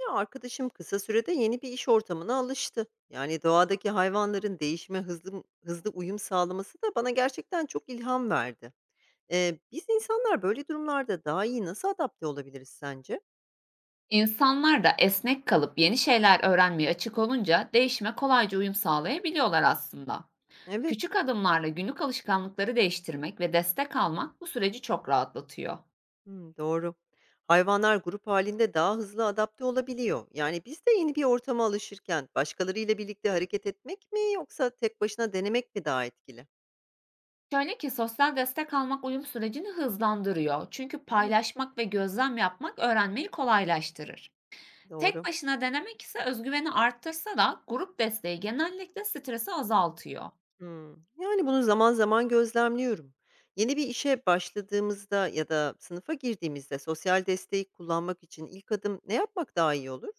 Ya arkadaşım kısa sürede yeni bir iş ortamına alıştı. Yani doğadaki hayvanların değişime hızlı hızlı uyum sağlaması da bana gerçekten çok ilham verdi. Biz insanlar böyle durumlarda daha iyi nasıl adapte olabiliriz sence? İnsanlar da esnek kalıp yeni şeyler öğrenmeye açık olunca değişime kolayca uyum sağlayabiliyorlar aslında. Evet, Küçük adımlarla günlük alışkanlıkları değiştirmek ve destek almak bu süreci çok rahatlatıyor. hmm, doğru. Hayvanlar grup halinde daha hızlı adapte olabiliyor. Yani biz de yeni bir ortama alışırken başkalarıyla birlikte hareket etmek mi yoksa tek başına denemek mi daha etkili? Şöyle ki sosyal destek almak uyum sürecini hızlandırıyor. Çünkü Hmm, paylaşmak ve gözlem yapmak öğrenmeyi kolaylaştırır. Tek doğru. başına denemek ise özgüveni arttırsa da grup desteği genellikle stresi azaltıyor. Hımm. Yani, bunu zaman zaman gözlemliyorum. Yeni bir işe başladığımızda ya da sınıfa girdiğimizde sosyal desteği kullanmak için ilk adım ne yapmak daha iyi olur?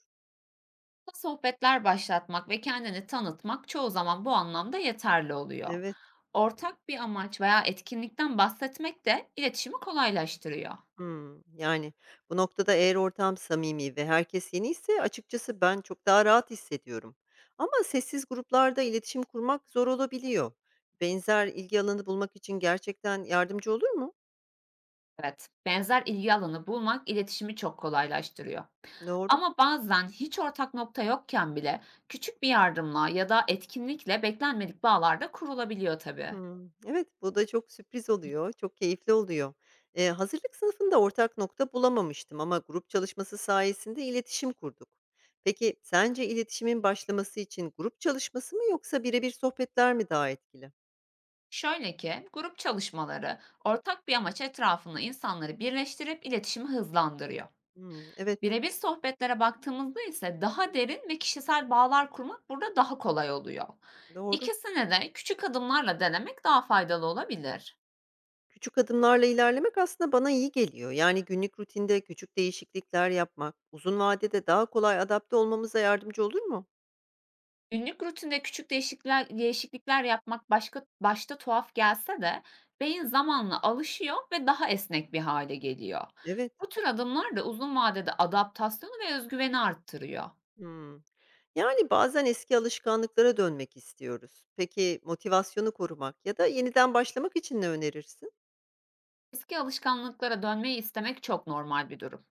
Sohbetler başlatmak ve kendini tanıtmak çoğu zaman bu anlamda yeterli oluyor. Evet. Ortak bir amaç veya etkinlikten bahsetmek de iletişimi kolaylaştırıyor. Hımm. Yani, bu noktada eğer ortam samimi ve herkes yeniyse açıkçası ben çok daha rahat hissediyorum. Ama sessiz gruplarda iletişim kurmak zor olabiliyor. Benzer ilgi alanı bulmak için gerçekten yardımcı olur mu? Evet, benzer ilgi alanı bulmak iletişimi çok kolaylaştırıyor. Doğru. Ama bazen hiç ortak nokta yokken bile küçük bir yardımla ya da etkinlikle beklenmedik bağlar da kurulabiliyor tabii. Hımm. Evet, bu da çok sürpriz oluyor, çok keyifli oluyor. Hazırlık sınıfında ortak nokta bulamamıştım ama grup çalışması sayesinde iletişim kurduk. Peki sence iletişimin başlaması için grup çalışması mı yoksa birebir sohbetler mi daha etkili? Şöyle ki, grup çalışmaları ortak bir amaç etrafında insanları birleştirip iletişimi hızlandırıyor. Hımm, evet, Birebir sohbetlere baktığımızda ise daha derin ve kişisel bağlar kurmak burada daha kolay oluyor. doğru. İkisini de küçük adımlarla denemek daha faydalı olabilir. Küçük adımlarla ilerlemek aslında bana iyi geliyor. Yani günlük rutinde küçük değişiklikler yapmak uzun vadede daha kolay adapte olmamıza yardımcı olur mu? Günlük rutinde küçük değişiklikler yapmak başka, başta tuhaf gelse de beyin zamanla alışıyor ve daha esnek bir hale geliyor. Evet. Bu tür adımlar da uzun vadede adaptasyonu ve özgüveni arttırıyor. Hımm. Yani, bazen eski alışkanlıklara dönmek istiyoruz. Peki, motivasyonu korumak ya da yeniden başlamak için ne önerirsin? Eski alışkanlıklara dönmeyi istemek çok normal bir durum.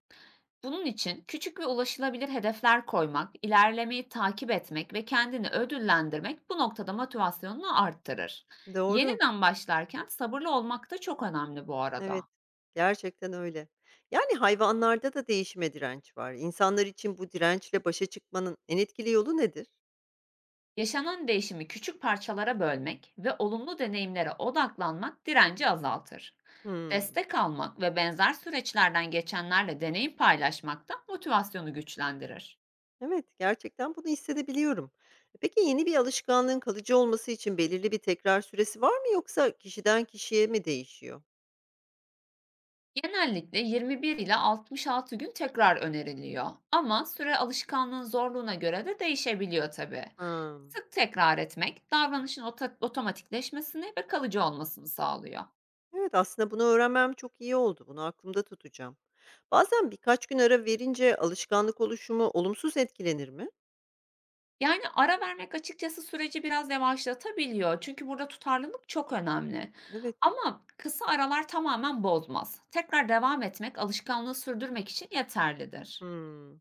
Bunun için küçük ve ulaşılabilir hedefler koymak, ilerlemeyi takip etmek ve kendini ödüllendirmek bu noktada motivasyonunu arttırır. Doğru, Yeniden başlarken sabırlı olmak da çok önemli bu evet. arada. Gerçekten öyle. Yani, hayvanlarda da değişime direnç var. İnsanlar için bu dirençle başa çıkmanın en etkili yolu nedir? Yaşanan değişimi küçük parçalara bölmek ve olumlu deneyimlere odaklanmak direnci azaltır. Hımm. Destek almak ve benzer süreçlerden geçenlerle deneyim paylaşmak da motivasyonu güçlendirir. Evet, gerçekten bunu hissedebiliyorum. Peki, yeni bir alışkanlığın kalıcı olması için belirli bir tekrar süresi var mı yoksa kişiden kişiye mi değişiyor? Genellikle 21 ile 66 gün tekrar öneriliyor. Ama süre alışkanlığın zorluğuna göre de değişebiliyor tabii. Hımm. Sık tekrar etmek davranışın otomatikleşmesini ve kalıcı olmasını sağlıyor. Evet, aslında bunu öğrenmem çok iyi oldu. Bunu aklımda tutacağım. Bazen birkaç gün ara verince alışkanlık oluşumu olumsuz etkilenir mi? Yani ara vermek açıkçası süreci biraz yavaşlatabiliyor. Çünkü burada tutarlılık çok önemli. Evet. Ama kısa aralar tamamen bozmaz. Tekrar devam etmek alışkanlığı sürdürmek için yeterlidir. Hmm.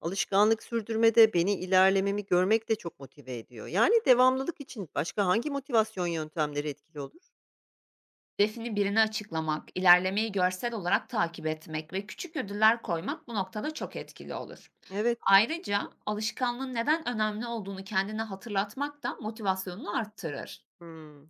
Alışkanlık sürdürmede beni ilerlememi görmek de çok motive ediyor. Yani devamlılık için başka hangi motivasyon yöntemleri etkili olur? Hedefini birine açıklamak, ilerlemeyi görsel olarak takip etmek ve küçük ödüller koymak bu noktada çok etkili olur. Evet. Ayrıca alışkanlığın neden önemli olduğunu kendine hatırlatmak da motivasyonunu arttırır. Hmm.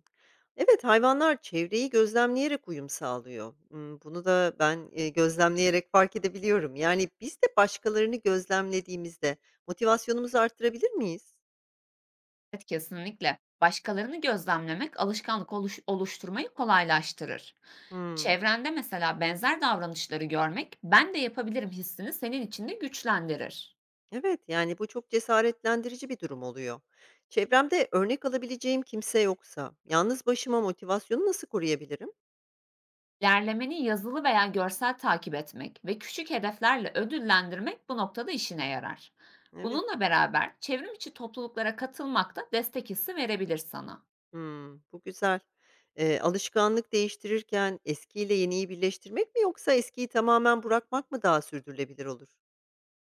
Evet, hayvanlar çevreyi gözlemleyerek uyum sağlıyor. Hmm, bunu da ben gözlemleyerek fark edebiliyorum. Yani biz de başkalarını gözlemlediğimizde motivasyonumuzu arttırabilir miyiz? Evet, kesinlikle. Başkalarını gözlemlemek alışkanlık oluşturmayı kolaylaştırır. Hımm. Çevrende mesela benzer davranışları görmek, ben de yapabilirim hissini senin içinde güçlendirir. Evet, yani, bu çok cesaretlendirici bir durum oluyor. Çevremde örnek alabileceğim kimse yoksa yalnız başıma motivasyonu nasıl koruyabilirim? İlerlemeni yazılı veya görsel takip etmek ve küçük hedeflerle ödüllendirmek bu noktada işine yarar. Evet, Bununla beraber çevrim içi topluluklara katılmak da destek hissi verebilir sana. hımm, bu güzel. Alışkanlık değiştirirken eskiyle yeniyi birleştirmek mi yoksa eskiyi tamamen bırakmak mı daha sürdürülebilir olur?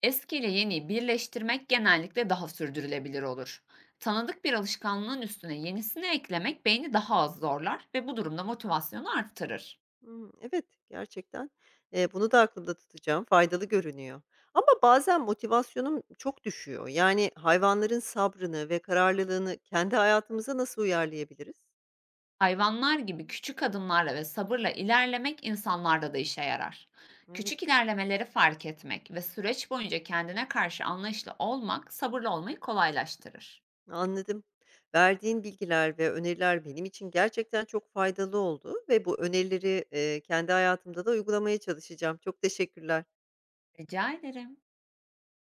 Eski ile yeniyi birleştirmek genellikle daha sürdürülebilir olur. Tanıdık bir alışkanlığın üstüne yenisini eklemek beyni daha az zorlar ve bu durumda motivasyonu arttırır. Hımm, evet, gerçekten, bunu da aklımda tutacağım, faydalı görünüyor. Ama bazen motivasyonum çok düşüyor. Yani, hayvanların sabrını ve kararlılığını kendi hayatımıza nasıl uyarlayabiliriz? Hayvanlar gibi küçük adımlarla ve sabırla ilerlemek insanlarda da işe yarar. Evet, Küçük ilerlemeleri fark etmek ve süreç boyunca kendine karşı anlayışlı olmak sabırlı olmayı kolaylaştırır. anladım. Verdiğin bilgiler ve öneriler benim için gerçekten çok faydalı oldu ve bu önerileri, kendi hayatımda da uygulamaya çalışacağım. Çok teşekkürler. Rica ederim.